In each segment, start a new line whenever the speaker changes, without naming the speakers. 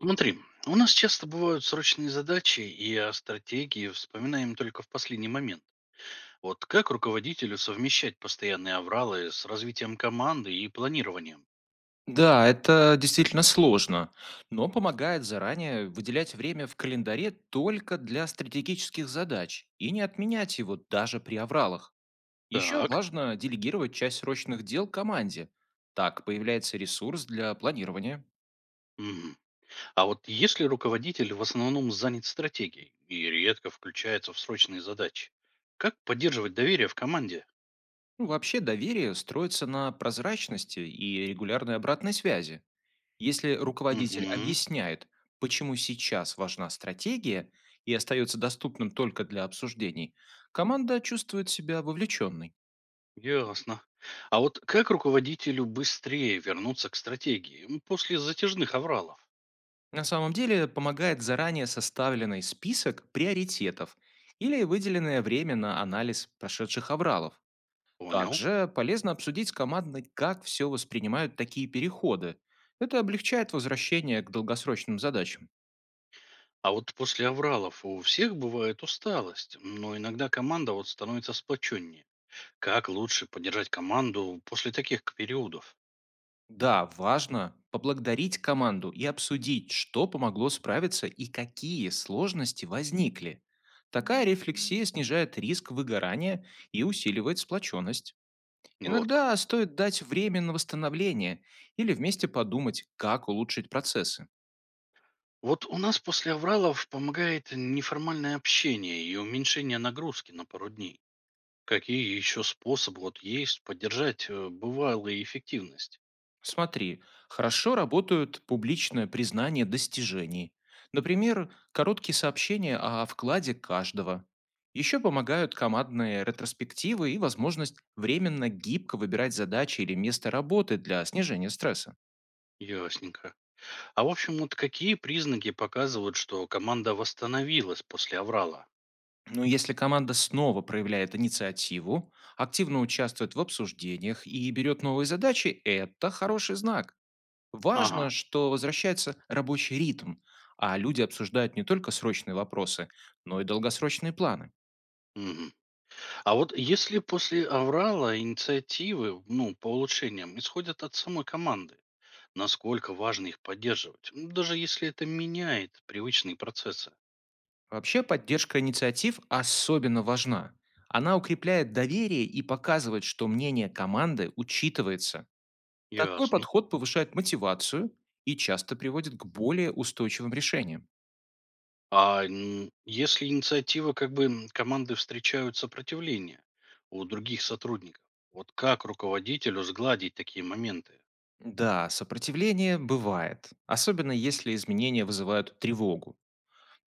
Смотри, у нас часто бывают срочные задачи, и о стратегии вспоминаем только в последний момент. Вот как руководителю совмещать постоянные авралы с развитием команды и планированием?
Да, это действительно сложно, но помогает заранее выделять время в календаре только для стратегических задач и не отменять его даже при авралах. Еще
Так.
важно делегировать часть срочных дел команде. Так появляется ресурс для планирования.
Мгм. А вот если руководитель в основном занят стратегией и редко включается в срочные задачи, как поддерживать доверие в команде?
Ну, вообще доверие строится на прозрачности и регулярной обратной связи. Если руководитель
Угу,
объясняет, почему сейчас важна стратегия и остается доступным только для обсуждений, команда чувствует себя вовлеченной.
ясно. А вот как руководителю быстрее вернуться к стратегии после затяжных авралов?
На самом деле помогает заранее составленный список приоритетов или выделенное время на анализ прошедших авралов.
Понял.
Также полезно обсудить с командой, как все воспринимают такие переходы. Это облегчает возвращение к долгосрочным задачам.
А вот после авралов у всех бывает усталость, но иногда команда вот становится сплоченнее. Как лучше поддержать команду после таких периодов?
Да, важно поблагодарить команду и обсудить, что помогло справиться и какие сложности возникли. Такая рефлексия снижает риск выгорания и усиливает сплоченность.
Вот
Иногда
как.
стоит дать время на восстановление или вместе подумать, как улучшить процессы.
Вот у нас после авралов помогает неформальное общение и уменьшение нагрузки на пару дней. Какие еще способы вот есть поддержать бывалую эффективность?
Смотри, хорошо работают публичное признание достижений. Например, короткие сообщения о вкладе каждого. Еще помогают командные ретроспективы и возможность временно гибко выбирать задачи или место работы для снижения стресса.
Ясненько. А в общем, вот какие признаки показывают, что команда восстановилась после аврала?
Но если команда снова проявляет инициативу, активно участвует в обсуждениях и берет новые задачи, это хороший знак.
Ага.
Важно, что возвращается рабочий ритм, а люди обсуждают не только срочные вопросы, но и долгосрочные планы.
Мгм. А вот если после аврала инициативы ну, по улучшениям исходят от самой команды, насколько важно их поддерживать, даже если это меняет привычные процессы?
Вообще поддержка инициатив особенно важна. Она укрепляет доверие и показывает, что мнение команды учитывается. Такой
Ясно.
подход повышает мотивацию и часто приводит к более устойчивым решениям.
А если инициативы как бы команды встречают сопротивление у других сотрудников, вот как руководителю сгладить такие моменты?
Да, сопротивление бывает, особенно если изменения вызывают тревогу.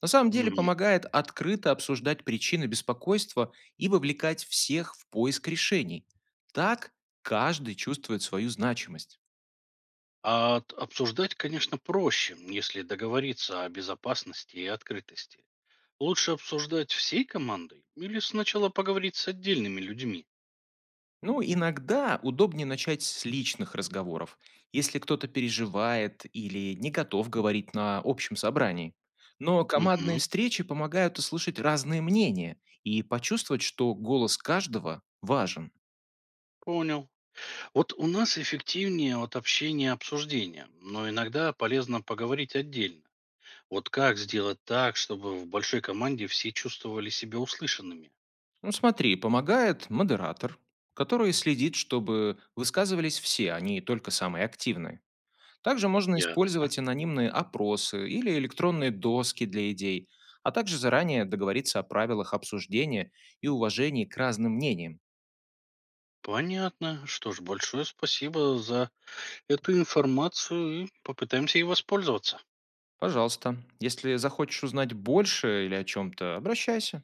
На самом деле
Мгм.
помогает открыто обсуждать причины беспокойства и вовлекать всех в поиск решений. Так каждый чувствует свою значимость.
Обсуждать, конечно, проще, если договориться о безопасности и открытости. Лучше обсуждать всей командой или сначала поговорить с отдельными людьми?
Ну, иногда удобнее начать с личных разговоров, если кто-то переживает или не готов говорить на общем собрании. Но командные
Мгм,
встречи помогают услышать разные мнения и почувствовать, что голос каждого важен.
понял. Вот у нас эффективнее от общения обсуждения, но иногда полезно поговорить отдельно. Вот как сделать так, чтобы в большой команде все чувствовали себя услышанными?
Ну смотри, помогает модератор, который следит, чтобы высказывались все, а не только самые активные. Также можно
Ясно.
использовать анонимные опросы или электронные доски для идей, а также заранее договориться о правилах обсуждения и уважении к разным мнениям.
Понятно. Что ж, большое спасибо за эту информацию и попытаемся ей воспользоваться.
Пожалуйста, если захочешь узнать больше или о чем-то, обращайся.